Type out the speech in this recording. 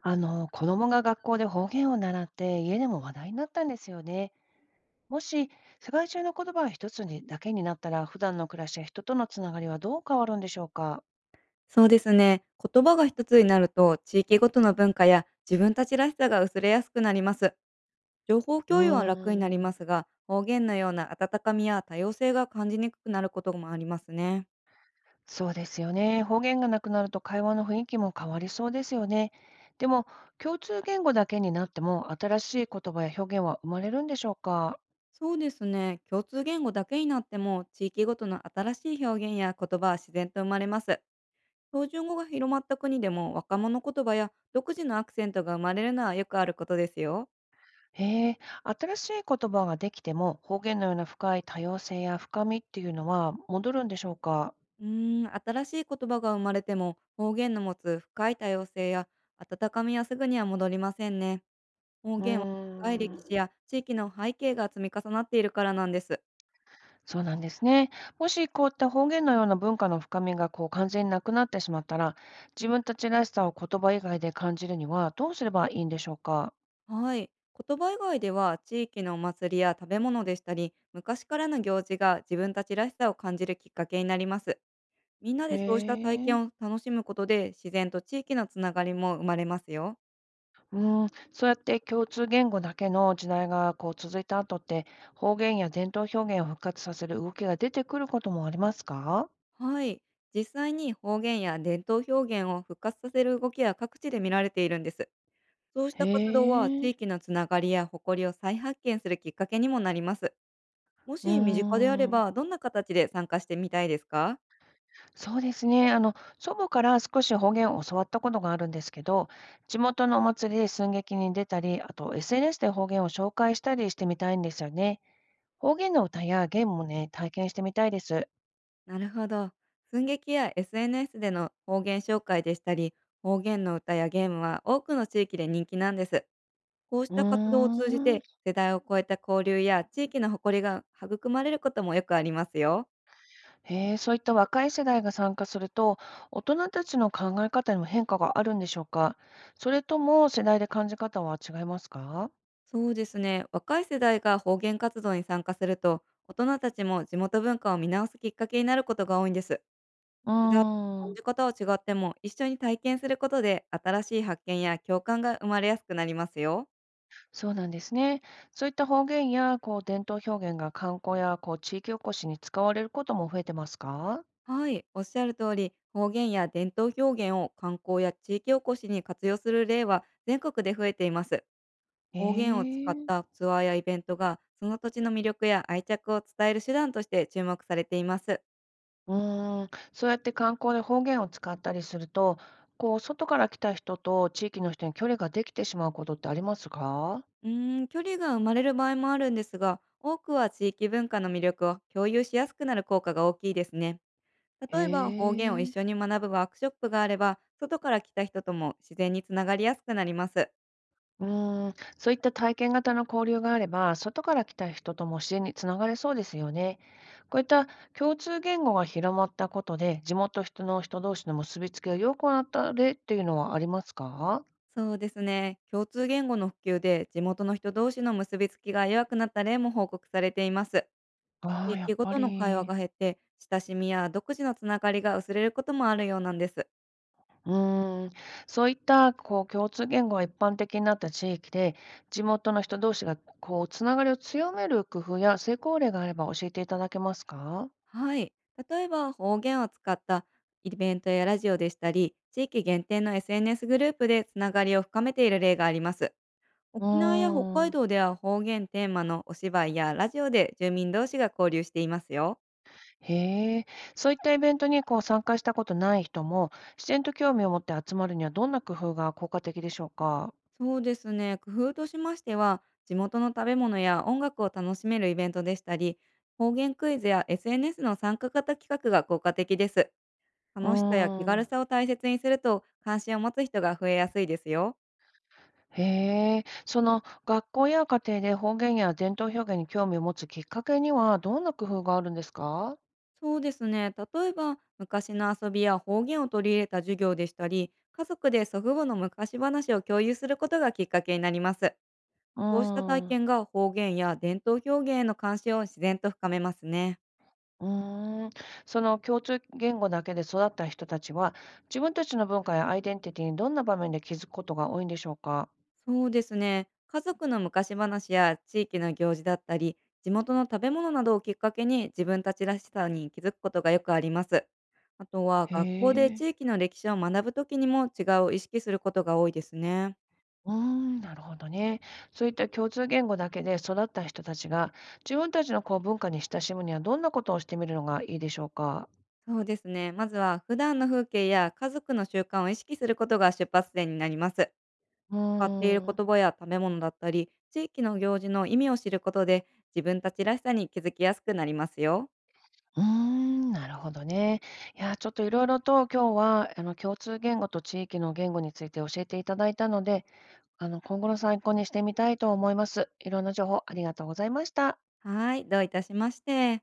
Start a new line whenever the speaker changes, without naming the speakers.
子供が学校で方言を習って家でも話題になったんですよね。もし世界中の言葉が一つにだけになったら、普段の暮らしや人とのつながりはどう変わるんでしょうか？
そうですね。言葉が一つになると、地域ごとの文化や自分たちらしさが薄れやすくなります。情報
うー
共有は楽になりま
ん、
すが、方言のような温かみや多様性が感じにくくなることもありますね。
そうですよね。方言がなくなると会話の雰囲気も変わりそうですよね。でも、共通言語だけになっても、新しい言葉や表現は生まれるんでしょうか？
そうですね。共通言語だけになっても、地域ごとの新しい表現や言葉は自然と生まれます。標準語が広まった国でも、若者言葉や独自のアクセントが生まれるのはよくあることですよ。
へえ、新しい言葉ができても、方言のような深い多様性や深みっていうのは戻るんでしょうか？
うーん、新しい言葉が生まれても方言の持つ深い多様性や温かみはすぐには戻りませんね。方
うー
言は長い歴史
ん。
や地域の背景が積み重なっているからなんです。
そうなんですね。もしこういった方言のような文化の深みがこう完全になくなってしまったら、自分たちらしさを言葉以外で感じるにはどうすればいいんでしょうか？
はい。言葉以外では地域のお祭りや食べ物でしたり、昔からの行事が自分たちらしさを感じるきっかけになります。みんな
へ
でそうした体
え。
験を楽しむことで自然と地域のつながりも生まれますよ。
うん、そうやって共通言語だけの時代がこう続いた後って、方言や伝統表現を復活させる動きが出てくることもありますか？
はい。実際に方言や伝統表現を復活させる動きは各地で見られているんです。そうし
へ
た活動は地
え。
域のつながりや誇りを再発見するきっかけにもなります。も
うー
し身近であれ
ん。
ば、どんな形で参加してみたいですか？
そうですね。祖母から少し方言を教わったことがあるんですけど、地元のお祭りで寸劇に出たり、あと SNS で方言を紹介したりしてみたいんですよね。方言の歌やゲームもね、体験してみたいです。
なるほど。寸劇や SNS での方言紹介でしたり、方言の歌やゲームは多くの地域で人気なんです。こうし
う
た活動を通じ
ーん。
て、世代を超えた交流や地域の誇りが育まれることもよくありますよ。
へえ、そういった若い世代が参加すると、大人たちの考え方にも変化があるんでしょうか？それとも世代で感じ方は違いますか？
そうですね。若い世代が方言活動に参加すると、大人たちも地元文化を見直すきっかけになることが多いんです。
う
普段
ー
感
ん。
じ方は違っても、一緒に体験することで、新しい発見や共感が生まれやすくなりますよ。
そうなんですね。そういった方言やこう伝統表現が観光やこう地域おこしに使われることも増えてますか？
はい、おっしゃる通り、方言や伝統表現を観光や地域おこしに活用する例は全国で増えています。
え
方言を使っ
ー、
たツアーやイベントが、その土地の魅力や愛着を伝える手段として注目されています。
うーん、そうやって観光で方言を使ったりすると、こう外から来た人と地域の人に距離ができてしまうことってありますか？
うーん、距離が生まれる場合もあるんですが、多くは地域文化の魅力を共有しやすくなる効果が大きいですね。
へ
例えば方言を一
え。
緒に学ぶワークショップがあれば、外から来た人とも自然につながりやすくなります。
うーん、そういった体験型の交流があれば、外から来た人とも自然につながれそうですよね。こういった共通言語が広まったことで、地元人の人同士の結びつきが良くなった例っていうのはありますか？
そうですね。共通言語の普及で地元の人同士の結びつきが弱くなった例も報告されています。
あ
地
あ、や
域
っ
ご
ぱ
との会話
り。
が減って、親しみや独自のつながりが薄れることもあるようなんです。
うーん、そういったこう共通言語が一般的になった地域で、地元の人同士がこうつながりを強める工夫や成功例があれば教えていただけますか？
はい。例えば方言を使ったイベントやラジオでしたり、地域限定の SNS グループでつながりを深めている例があります。
う
沖縄や北
ー
海
ん。
道では方言テーマのお芝居やラジオで住民同士が交流していますよ。
へえ、そういったイベントにこう参加したことない人も、自然と興味を持って集まるにはどんな工夫が効果的でしょうか？
そうですね。工夫としましては、地元の食べ物や音楽を楽しめるイベントでしたり、方言クイズや SNS の参加型企画が効果的です。
うー
楽しさや気軽
ん。
さを大切にすると関心を持つ人が増えやすいですよ。
へえ、その学校や家庭で方言や伝統表現に興味を持つきっかけにはどんな工夫があるんですか？
そうですね。例えば、昔の遊びや方言を取り入れた授業でしたり、家族で祖父母の昔話を共有することがきっかけになります。
う
こうした体
ーん。
験が方言や伝統表現への関心を自然と深めますね。
うーん、その共通言語だけで育った人たちは、自分たちの文化やアイデンティティにどんな場面で気づくことが多いんでしょうか？
そうですね。家族の昔話や地域の行事だったり、地元の食べ物などをきっかけに自分たちらしさに気づくことがよくあります。あとは
へ
学校で
え。
地域の歴史を学ぶときにも違いを意識することが多いですね。
うーん、なるほどね。そういった共通言語だけで育った人たちが、自分たちのこう文化に親しむにはどんなことをしてみるのがいいでしょうか？
そうですね。まずは普段の風景や家族の習慣を意識することが出発点になります。
う
買っている
ーん。
言葉や食べ物だったり、地域の行事の意味を知ることで、自分たちらしさに気づきやすくなりますよ。
うーん、なるほどね。いや、ちょっといろいろと今日は、共通言語と地域の言語について教えていただいたので、今後の参考にしてみたいと思います。いろんな情報ありがとうございました。
はい、どういたしまして。